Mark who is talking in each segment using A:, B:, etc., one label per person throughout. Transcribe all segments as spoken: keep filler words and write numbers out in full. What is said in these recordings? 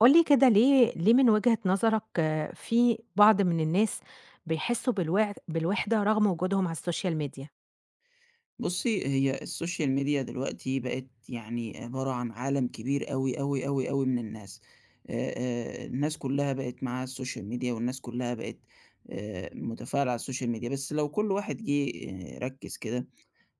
A: قُل لي كده ليه ليه من وجهة نظرك آه، في بعض من الناس بيحسّوا بالوع بالوحدة رغم وجودهم على السوشيال ميديا؟
B: بُصّي، هي السوشيال ميديا دلوقتي بقت يعني عبارة عن عالم كبير أوي، أوي، أوي، أوي من الناس. آآ آآ الناس كلّها بقت معاها السوشيال ميديا والناس كلّها بقت آآ متفاعلة على السوشيال ميديا، بس لو كل واحد جِه آآ ركِّز كده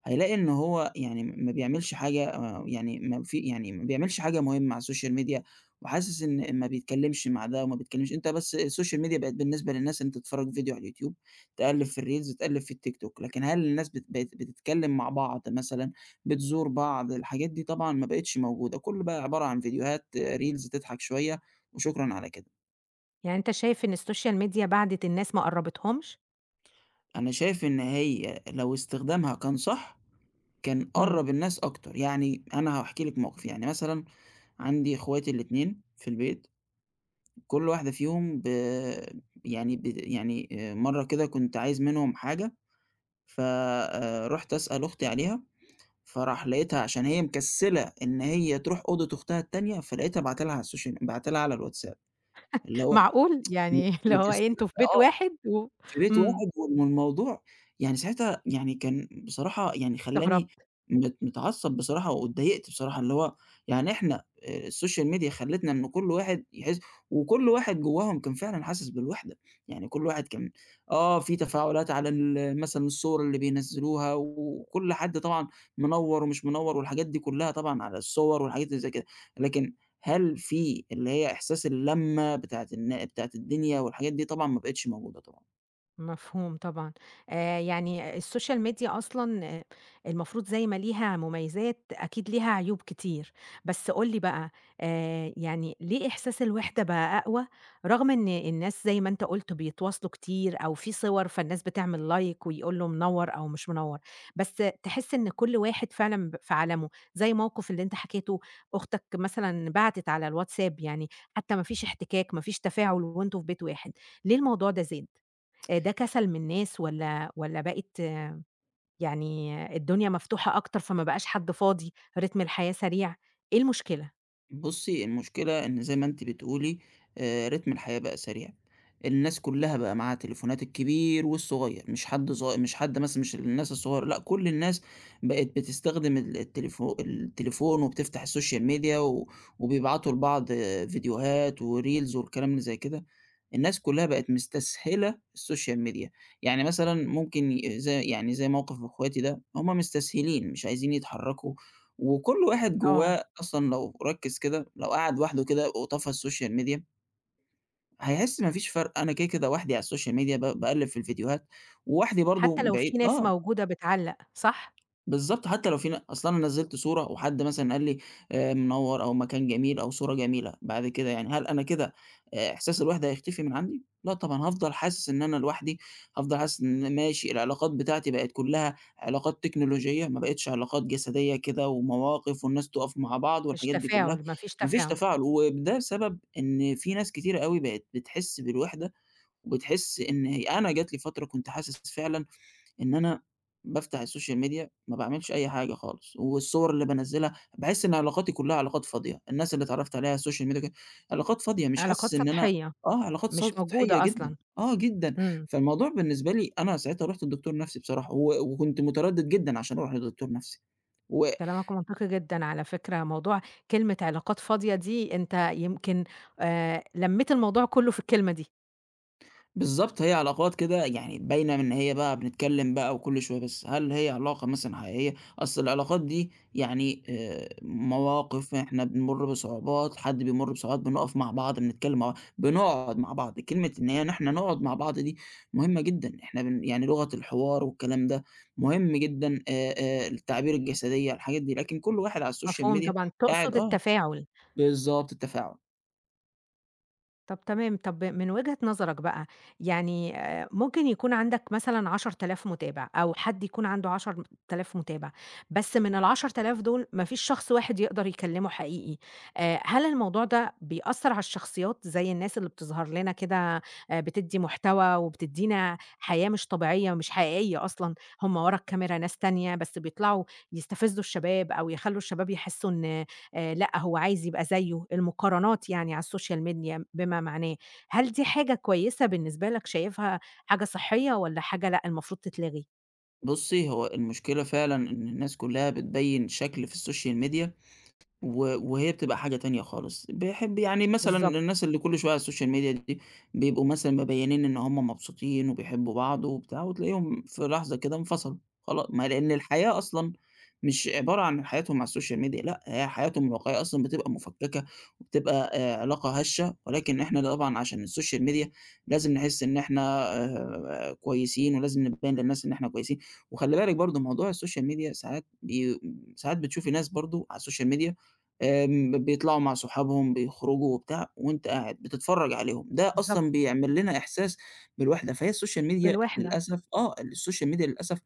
B: هيلاقي إن هو يعني ما بيعملش حاجة آآ يعني ما في يعني ما بيعملش حاجة مهمة على السوشيال ميديا، وحاسس إن ما بيتكلّمش مع ده وما بيتكلّمش أنت بس السوشيال ميديا بقت بالنسبة للناس إن أنت تتفرّج فيديو على اليوتيوب، تقلّب في الريلز، تقلّب في التيك توك، لكن هل الناس بت بقت بتتكلّم مع بعض مثلًا، بتزور بعض، الحاجات دي طبعًا ما بقتش موجودة، كُلّه بقى عبارة عن فيديوهات، آه، ريلز تضحك شوية وشكرًا على كده.
A: يعني أنت شايف إن السوشيال ميديا بعدِت الناس ما قرّبتهمش؟
B: أنا شايف إن هي لو استخدامها كان صح كان
A: إمم،
B: قرّب الناس أكتر، يعني أنا هاحكي لِك موقف، يعني مثلًا عندي إخواتي الاتنين في البيت، كل واحدة فيهم ب يعني ب يعني آآ مرّة كده كنت عايز منهم حاجة، ف آآ رُحت أسأل أختي عليها، فراح لقيتها عشان هي مكسّلة إن هي تروح أوضة أختها التانية، فلقيتها باعتة لها على السوشيال باعتة لها على الواتساب، اللي هو
A: معقول!
B: م
A: يعني اللي هو إيه
B: مكسّلة
A: أنتم في بيت
B: آه.
A: واحد و
B: في بيت
A: إمم،
B: واحد والموضوع يعني ساعتها يعني كان بصراحة يعني خلّاني
A: استغربت.
B: مت متعصّب بصراحة واتضايقت بصراحة، اللي هو يعني إحنا آآ الsocial media خلّتنا إن كل واحد يحس وكل واحد جواهم كان فعلًا حاسس بالوحدة، يعني كل واحد كان آه، في تفاعلات على ال مثلًا الصور اللي بينزّلوها وكل حد طبعًا منوّر ومش منوّر والحاجات دي كلّها طبعًا على الصور والحاجات اللي زي كده، لكن هل في اللي هي إحساس اللمّة بتاعة النا بتاعة الدنيا والحاجات دي؟ طبعًا ما بقِتش موجودة طبعًا.
A: مفهوم طبعًا. آآ يعني السوشيال ميديا أصلًا آآ المفروض زي ما ليها مميزات، أكيد ليها عيوب كتير. بس قُل لي بقى، آآ يعني ليه إحساس الوحدة بقى أقوى، رغم إن الناس زي ما أنت قُلت بيتواصلوا كتير أو في صور فالناس بتعمل لايك ويقول له منوّر أو مش منوّر، بس تحس إن كل واحد فعلًا ب في عالمه، زي موقف اللي أنت حكيته، أختك مثلًا بعتت على الواتساب يعني، حتى ما فيش احتكاك، ما فيش تفاعل وأنتم في بيت واحد، ليه الموضوع ده زاد؟ آآ ده كسل من الناس والّا والّا بقت آه، يعني آه، الدنيا مفتوحة أكتر فما بقاش حد فاضي، رتم الحياة سريع، إيه المشكلة؟
B: بُصّي، المشكلة إن زي ما أنتِ بتقولي آآ، رتم الحياة بقى سريع، الناس كلّها بقى معاها تليفونات الكبير والصغير، مش حد صغ مش حد مثلًا مش الناس الصغيّرة، لأ كل الناس بقت بتستخدم ال التليفو التليفون وبتفتح السوشيال ميديا و وبيبعتوا لبعض آه، فيديوهات وreels والكلام اللي زي كده، الناس كلّها بقت مستسهلة السوشيال ميديا، يعني مثلًا ممكن ي زي يعني زي موقف أخواتي ده، هُم مستسهلين مش عايزين يتحرّكوا وكل واحد
A: آه،
B: جوّاه أصلًا لو ركّز كده، لو قعد لوحده كده وطفى السوشيال ميديا، هيحس ما فيش فرق، أنا كده، كده وحدي على السوشيال ميديا ب باقلّب في الفيديوهات، ووحدي برضه
A: حتى لو في
B: بعيد
A: ناس
B: آه،
A: موجودة بتعلّق، صح؟
B: بالضبط، حتى لو في ن أصل أنا نزّلت صورة وحد مثلًا قال لي آآ منوّر أو مكان جميل أو صورة جميلة، بعد كده يعني هل أنا كده آآ إحساس الوحدة هيختفي من عندي؟ لأ طبعًا، هافضل حاسس إن أنا لوحدي، هافضل حاسس إن ماشي العلاقات بتاعتي بقت كلّها علاقات تكنولوجية، ما بقتش علاقات جسدية كده ومواقف والناس تُقف مع بعض
A: مش
B: والحاجات دي كلّها،
A: تفاعل، ما فيش
B: ما فيش
A: تفاعل،
B: تفاعل، وده بسبب إن في ناس كتيرة أوي بقت بتحس بالوحدة وبتحس إن هي أنا جات لي فترة كنت حاسس فعلًا إن أنا بافتح السوشيال ميديا ما باعملش أي حاجة خالص، والصور اللي بانزّلها باحس إن علاقاتي كلّها علاقات فاضية، الناس اللي اتعرّفت عليها على السوشيال ميديا كده علاقات فاضية، مش حاسس
A: علاقات
B: إن أنا
A: سطحية
B: آه، علاقات
A: مش
B: سطحية
A: موجودة
B: جدًا،
A: أصلًا،
B: آه جدًا،
A: إمم،
B: فالموضوع بالنسبة لي أنا ساعتها رُحت لدكتور نَفْسي بصراحة و وكنت متردد جدًا عشان أروح لدكتور نَفْسي و
A: كلامك منطقي جدًا على فكرة، موضوع كلمة علاقات فاضية دي أنت يمكن آآ لمّيت الموضوع كلّه في الكلمة دي،
B: بالضبط، هي علاقات كده يعني باينة من إن هي بقى بنتكلّم بقى وكل شوية، بس هل هي علاقة مثلًا حقيقية؟ أصل العلاقات دي يعني آآ مواقف، إحنا بنمُر بصعوبات، حد بيمُر بصعوبات، بنقف مع بعض، بنتكلّم مع بعض، بنقعد مع بعض، كلمة إن هي إن إحنا نقعد مع بعض دي مهمة جدًا، إحنا بن يعني لغة الحوار والكلام ده مهم جدًا، آآ آآ التعابير الجسدية، الحاجات دي، لكن كل واحد على السوشيال
A: مفهوم
B: ميديا
A: طبعًا،
B: قاعد
A: تقصد
B: آه،
A: التفاعل.
B: بالضبط، التفاعل.
A: طب تمام، طب من وجهة نظرك بقى، يعني آآ ممكن يكون عندك مثلًا عشرة آلاف متابع أو حد يكون عنده عشرة آلاف متابع، بس من العشرة آلاف دول ما فيش شخص واحد يقدر يكلمه حقيقي، آآ هل الموضوع ده بيأثّر على الشخصيات زي الناس اللي بتظهر لنا كده آآ بتدّي محتوى وبتدّينا حياة مش طبيعية مش حقيقية أصلًا، هم ورا الكاميرا ناس تانية بس بيطلعوا يستفزّوا الشباب أو يخلّوا الشباب يحسّوا إن آآ لأ، هو عايز يبقى زيه، المقارنات يعني على الSocial Media بما معناه. هل دي حاجة كويسة بالنسبة لك شايفها حاجة صحية والّا حاجة لأ، المفروض تتلغي؟
B: بُصّي، هو المشكلة فعلًا إن الناس كلّها بتبيّن شكل في السوشيال ميديا و وهي بتبقى حاجة تانية خالص، باحب يعني مثلًا
A: بالضبط،
B: الناس اللي كل شوية على السوشيال ميديا دي بيبقوا مثلًا مبيّنين إن هُم مبسوطين وبيحبوا بعض وبتاع، وتلاقيهم في لحظة كده انفصلوا، خلا ما لإن الحياة أصلًا مش عبارة عن حياتهم على السوشيال ميديا، لأ هي حياتهم الواقعية أصلًا بتبقى مُفككة وبتبقى آآ علاقة هشة، ولكن إحنا طبعًا عشان السوشيال ميديا لازم نحس إن إحنا آآ كويسين، ولازم نبيّن للناس إن إحنا كويسين، وخلّي بالِك برضه موضوع السوشيال ميديا ساعات بي ساعات بتشوفي ناس برضه على السوشيال ميديا آمم، بيطلعوا مع صحابهم، بيخرجوا وبتاع، وأنت قاعد بتتفرّج عليهم، ده
A: بالضبط،
B: أصلًا بيعمل لنا إحساس بالوحدة، فهي السوشيال ميديا
A: بالوحدة،
B: للأسف آه، السوشيال ميديا للأسف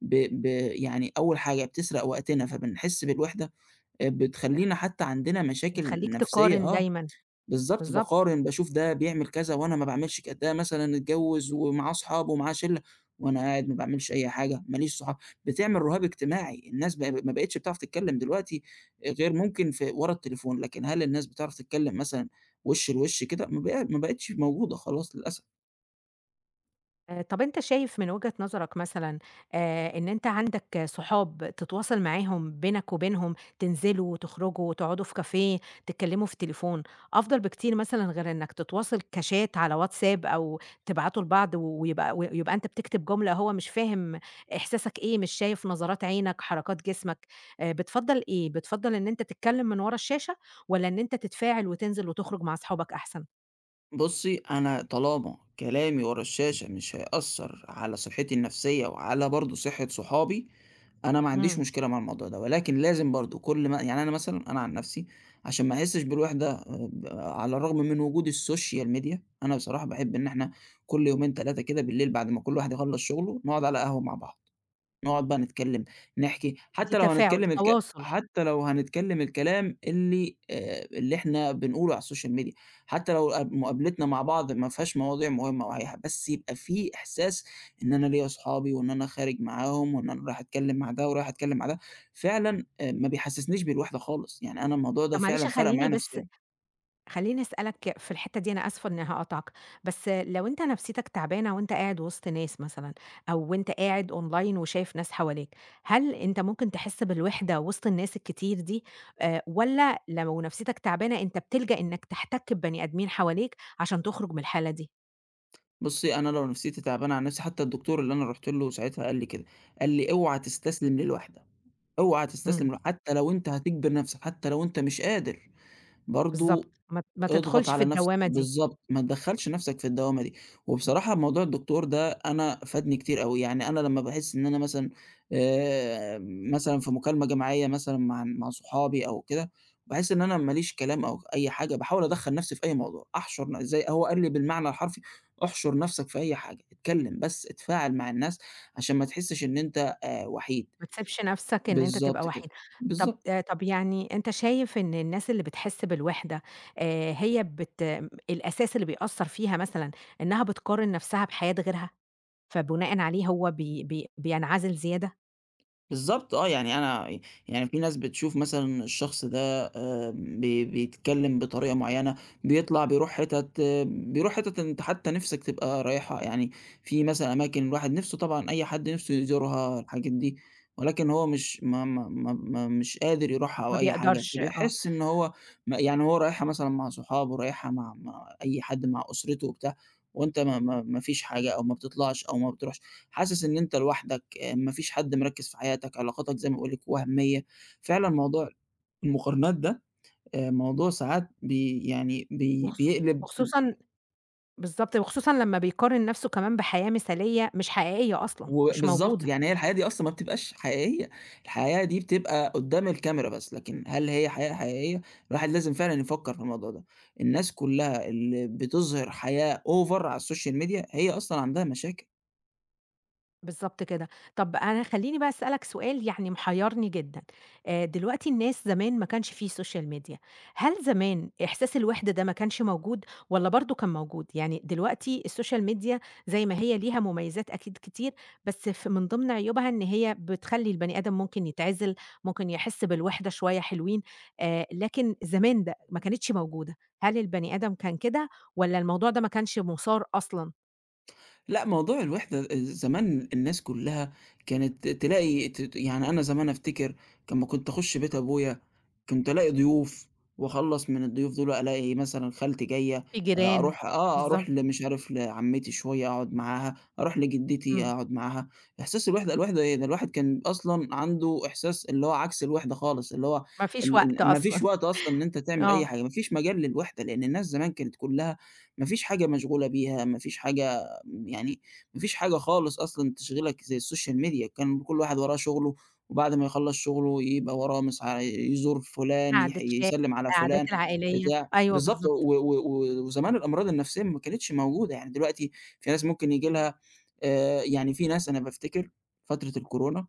B: ب ب يعني أول حاجة بتسرق وقتنا، فبنحس بالوحدة، آآ، بتخلّينا حتى عندنا مشاكل
A: بتخلّيك
B: نفسية
A: تقارن
B: آه.
A: دايمًا،
B: بالضبط،
A: بالضبط.
B: باقارن، باشوف ده بيعمل كذا وأنا ما باعملش كده، ده مثلًا اتجوّز ومعاه أصحاب ومعاه شِلّة وأنا قاعد ما باعملش أي حاجة، ما ليش صحاب، بتعمل رهاب اجتماعي، الناس ب ما بقِتش بتعرف تتكلّم دلوقتي غير ممكن في ورا التليفون، لكن هل الناس بتعرف تتكلّم مثلًا وِش لوِش كده؟ ما بق ما بقِتش موجودة خلاص للأسف.
A: آآ، طب أنت شايف من وجهة نظرك مثلًا آآ، إن أنت عندك صحاب تتواصل معاهم بينك وبينهم، تنزلوا، تخرجوا، تقعدوا في كافيه، تتكلموا في التليفون، أفضل بكتير مثلًا غير إنك تتواصل كشات على واتساب أو تبعتوا لبعض و- ويبقى ويبقى أنت بتكتب جملة هو مش فاهم إحساسك إيه، مش شايف نظرات عينك، حركات جسمك، آآ، بتفضّل إيه؟ بتفضّل إن أنت تتكلم من ورا الشاشة والّا إن أنت تتفاعل وتنزل وتخرج مع أصحابك أحسن؟
B: بُصّي، أنا طالما كلامي ورا الشاشة مش هيأثّر على صحّتي النفسية وعلى برضه صحّة صحابي، أنا ما عنديش
A: إمم،
B: مشكلة مع الموضوع ده، ولكن لازم برضه كل ما يعني أنا مثلًا أنا عن نفسي عشان ما أحسّش بالوحدة آآ ب على الرغم من وجود السوشيال ميديا، أنا بصراحة باحب إن إحنا كل يومين، تلاتة كده بالليل بعد ما كل واحد يخلّص شُغله نقعد على قهوة مع بعض. نقعد بقى نتكلّم، نحكي،
A: دي
B: حتى لو
A: تفاعل،
B: هنتكلّم الك
A: تواصل.
B: حتى لو هنتكلّم الكلام اللي آآ اللي إحنا بنقوله على الSocial Media، حتى لو ق مقابلتنا مع بعض ما فيهاش مواضيع مهمة أو أي بس يبقى في إحساس إن أنا ليّا أصحابي وإن أنا خارج معاهم وإن أنا رايح أتكلّم مع ده ورايح أتكلّم مع ده، فعلًا آآ ما بيحسّسنيش بالوحدة خالص، يعني أنا الموضوع ده
A: طب معلش
B: فعلًا فرَق معايا
A: خلّيني بس
B: نفسيًا.
A: خلّيني أسألك في الحتّة دي أنا آسفة إنّي هاقاطعك، بس لو أنت نفسيتك تعبانة وأنت قاعد وسط ناس مثلًا أو وأنت قاعد أونلاين وشايف ناس حواليك، هل أنت ممكن تحس بالوحدة وسط الناس الكتير دي آآ والّا لو نفسيتك تعبانة أنت بتلجأ إنّك تحتك ببني آدمين حواليك عشان تخرج من الحالة دي؟
B: بُصّي، أنا لو نفسيتي تعبانة عن نفسي حتى الدكتور اللي أنا رُحت له ساعتها قال لي كده، قال لي: "اوعى تستسلم للوحدة." اوعى
A: إمم،
B: تستسلم لو حتى لو أنت هتجبر نفسك، حتى لو أنت مش قادر، برضه
A: بالضبط، ما ما
B: اضغط
A: تدخلش في
B: على نفسك
A: الدوّامة دي.
B: بالضبط، ما تدخّلش نفسك في الدوامة دي. وبصراحة موضوع الدكتور ده أنا فادني كتير أوي، يعني أنا لمّا باحس إن أنا مثلًا آآ، مثلًا في مكالمة جماعية مثلًا مع مع صحابي أو كده، باحس إن أنا ما ليش كلام أو أي حاجة، باحاول أدخّل نفسي في أي موضوع، أحشر ن زي هو قال لي بالمعنى الحرفي "احشر نفسك في أي حاجة، اتكلم بس، اتفاعل مع الناس عشان ما تحسش إن أنت آآ، وحيد."
A: ما تسيبش نَفْسك إن أنت تبقى
B: بالضبط كده،
A: وحيد. طَب
B: بالضبط.
A: آآ طَب يعني أنت شايف إن الناس اللي بتحس بالوحدة آآ هي بت الأساس اللي بيأثّر فيها مثلًا إنّها بتقارن نَفْسها بحياة غيرها، فبناءً عليه هو بي بي بينعزل زيادة؟
B: بالضبط آه، يعني أنا يعني في ناس بتشوف مثلًا الشخص ده آمم، بي بيتكلّم بطريقة معيّنة، بيطلع بيروح حِتَت آه، بيروح حِتَت أنت حتى نِفْسك تبقى رايحها، يعني في مثلًا أماكن الواحد نِفْسه طبعًا أي حد نِفْسه يزورها الحاجات دي، ولكن هو مش ما ما ما ما مش قادر يروحها أو
A: ما
B: أي حاجة،
A: بيقدرش آه.
B: فبيحس إن هو م يعني هو رايحها مثلًا مع صحابه، رايحها مع مع أي حد، مع أسرته وبتاع، وأنت ما ما ما فيش حاجة أو ما بتطلعش أو ما بتروحش، حاسس إن أنت لوحدك. آآ ما فيش حد مركّز في حياتك، علاقاتك زي ما باقول لِك وهميّة، فعلًا موضوع المقارنات ده آآ موضوع ساعات بي يعني بي
A: وخص
B: بيقلب ل
A: وخصوصًا بالضبط، وخصوصًا لمّا بيقارن نَفْسه كمان بحياة مثالية مش حقيقية أصلًا، مش
B: وبالضبط،
A: موجودة.
B: يعني هي الحياة دي أصلًا ما بتبقاش حقيقية، الحياة دي بتبقى قدّام الكاميرا بس، لكن هل هي حياة حقيقية؟ الواحد لازم فعلًا يفكّر في الموضوع ده، الناس كلّها اللي بتظهر حياة over على السوشيال ميديا هي أصلًا عندها مشاكل.
A: بالضبط كده. طَب أنا خلّيني بقى أسألك سؤال يعني محيّرني جدًا، آآ دلوقتي الناس زمان ما كانش في social media، هل زمان إحساس الوِحدة ده ما كانش موجود والّا برضه كان موجود؟ يعني دلوقتي الsocial media زي ما هي ليها مميزات أكيد كتير، بس ف من ضمن عيوبها إن هي بتخلّي البني آدم ممكن يتعزل، ممكن يحس بالوِحدة شوية حلوين، آآ لكن زمان ده ما كانتش موجودة، هل البني آدم كان كده والّا الموضوع ده ما كانش مُثار أصلًا؟
B: لأ، موضوع الوحدة زمان الناس كلّها كانت تلاقي ت يعني أنا زمان أفتكر لمّا كنت أخُش بيت أبويا، كنت ألاقي ضيوف وأخلّص من الضيوف دول ألاقي مثلًا خالتي جاية،
A: في
B: آآ
A: جيران
B: أروح آه،
A: بالضبط.
B: أروح ل مش عارف لعمتي شوية أقعد معاها، أروح لجدتي
A: إمم.
B: أقعد معاها، إحساس الوحدة الوحدة إيه، ده الواحد كان أصلًا عنده إحساس اللي هو عكس الوحدة خالص، اللي هو
A: ما فيش
B: ال
A: وقت
B: ال ما فيش
A: أصلًا،
B: وقت أصلًا إن أنت تعمل أي
A: آه،
B: حاجة، ما فيش مجال للوحدة، لإن الناس زمان كانت كلّها ما فيش حاجة مشغولة بيها، ما فيش حاجة يعني ما فيش حاجة خالص أصلًا تشغلك زي السوشيال ميديا، كان كل واحد وراه شغله، وبعد ما يخلّص شغله يبقى وراه مس ع يزور فلان، يح
A: قعدة شاي،
B: يسلّم على فلان،
A: القعدات العائلية،
B: بتاع
A: أيوه
B: بالضبط، و
A: بالضبط،
B: و و وزمان الأمراض النفسية ما كانتش موجودة، يعني دلوقتي في ناس ممكن ييجي لها آآ يعني في ناس أنا بافتكر فترة الكورونا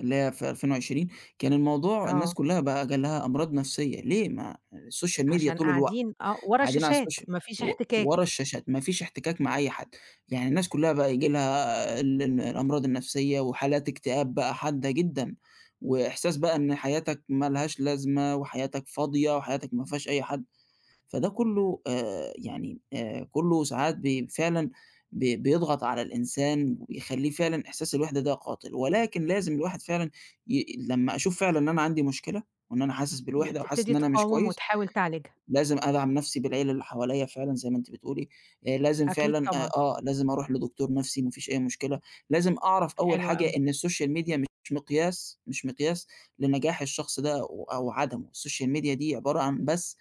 B: اللي هي في ألفين وعشرين كان الموضوع الناس
A: آه،
B: كلّها بقى جالها أمراض نفسية، ليه؟ ما السوشيال ميديا
A: عشان
B: طول الوقت.
A: قاعدين آه، ورا
B: قاعدين على
A: الشاشات،
B: السوشيال
A: ما فيش
B: و ورا
A: احتكاك،
B: الشاشات، ما فيش احتكاك مع أي حد، يعني الناس كلّها بقى ييجي لها ال ال الأمراض النفسية وحالات اكتئاب بقى حادة جدًا، وإحساس بقى إن حياتك ما لهاش لازمة وحياتك فاضية وحياتك ما فيهاش أي حد، فده كلّه آآ يعني آآ كلّه ساعات بي فعلًا بي بيضغط على الإنسان وبيخلّيه فعلًا إحساس الوحدة ده قاتل، ولكن لازم الواحد فعلًا ي لمّا أشوف فعلًا إن أنا عندي مشكلة وإن أنا حاسس
A: ي
B: بالوحدة وحاسس
A: تبتدي
B: إن أنا مش
A: تقاوم
B: كويس
A: وتحاول تعالجها،
B: لازم أدعم نفسي بالعيلة اللي حواليّا فعلًا زي ما أنتِ بتقولي، آآ لازم
A: أكيد
B: فعلًا آآ
A: طبعًا،
B: آه، لازم أروح لدكتور نفسي ما فيش أي مشكلة، لازم أعرف أول
A: حلو
B: حاجة
A: أوي.
B: إن السوشيال ميديا مش مقياس مش مقياس لنجاح الشخص ده و أو عدمه، السوشيال ميديا دي عبارة عن بس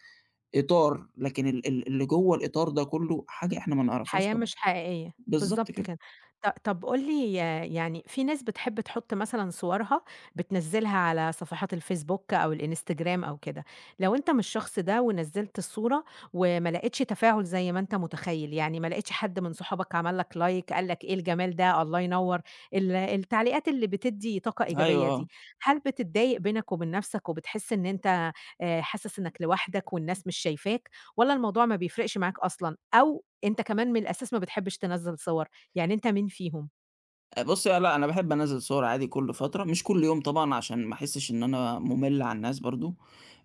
B: إطار، لكن ال ال اللي جوّه الإطار ده كلّه حاجة إحنا ما نعرفهاش
A: حياة
B: طبعًا.
A: مش حقيقية،
B: بالضبط
A: بالضبط
B: كده.
A: كده. ط طب قُل لي يعني في ناس بتحب تحُط مثلًا صورها بتنزّلها على صفحات الفيسبوك أو الإنستجرام أو كده، لو أنت مش الشخص ده ونزّلت الصورة وما لقيتش تفاعل زي ما أنت متخيّل، يعني ما لقيتش حد من صحابك عمل لك لايك قال لك إيه الجمال ده، الله ينوّر، ال التعليقات اللي بتدّي طاقة
B: أيوه،
A: إيجابية
B: آه.
A: دي، هل بتتضايق بينك وبين نَفْسك وبتحس إن أنت آآ حاسس إنّك لوحدك والناس مش شايفاك والّا الموضوع ما بيفرقش معاك أصلًا أو أنت كمان من الأساس ما بتحبش تنزّل صور، يعني أنت من فيهم،
B: آآ بُصّي، لأ أنا باحب أنزّل صور عادي كل فترة، مش كل يوم طبعًا عشان ما أحسّش إن أنا مُمِل على الناس برضه،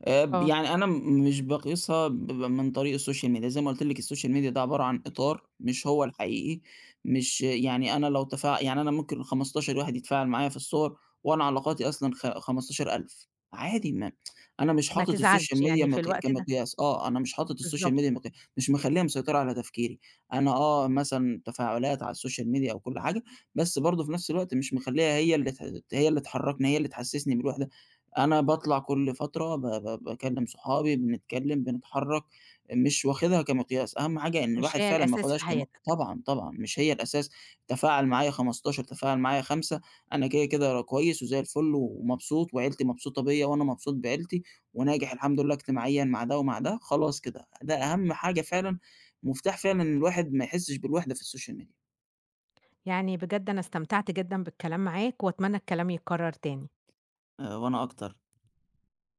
B: آآ ب
A: آه،
B: يعني أنا م مش باقيسها ب ب من طريق السوشيال ميديا، زي ما قُلت لِك السوشيال ميديا ده عبارة عن إطار مش هو الحقيقي، مش يعني أنا لو تفاع يعني أنا ممكن خمستاشر واحد يتفاعل معايا في الصور وأنا علاقاتي أصلًا خ خمستاشر ألف عادي ما أنا مش
A: ما
B: حاطط السوشيال
A: تزعلش
B: ميديا
A: يعني في
B: مقي
A: الوقت ده
B: كمقياس، آه، أنا مش حاطط السوشيال
A: بالضبط،
B: ميديا مقيا مش مخلّيها مسيطرة على تفكيري، أنا آه مثلًا تفاعلات على السوشيال ميديا أو كل حاجة بس برضه في نفس الوقت مش مخلّيها هي اللي ت هي اللي تحرّكني، هي اللي تحسّسني بالوحدة. أنا باطلع كل فترة ب ب باكلّم صحابي، بنتكلّم، بنتحرّك، مش واخدها كمقياس، أهم حاجة إن
A: مش
B: الواحد
A: هي
B: فعلًا ما
A: الأساس في
B: ياخدهاش كم
A: حياتك،
B: طبعًا، طبعًا، مش هي الأساس. تفاعل معايا خمستاشر، تفاعل معايا خمسة، أنا كده، كده كويس وزي الفل ومبسوط وعيلتي مبسوطة بيّا وأنا مبسوط بعيلتي وناجح الحمد لله اجتماعيًا مع ده ومع ده، خلاص كده. ده أهم حاجة فعلًا، مفتاح فعلًا إن الواحد ما يحسّش بالوحدة في السوشيال ميديا.
A: يعني بجد أنا استمتعت جدًا بالكلام معاك وأتمنى الكلام يتكرر تاني.
B: آآ وأنا أكتر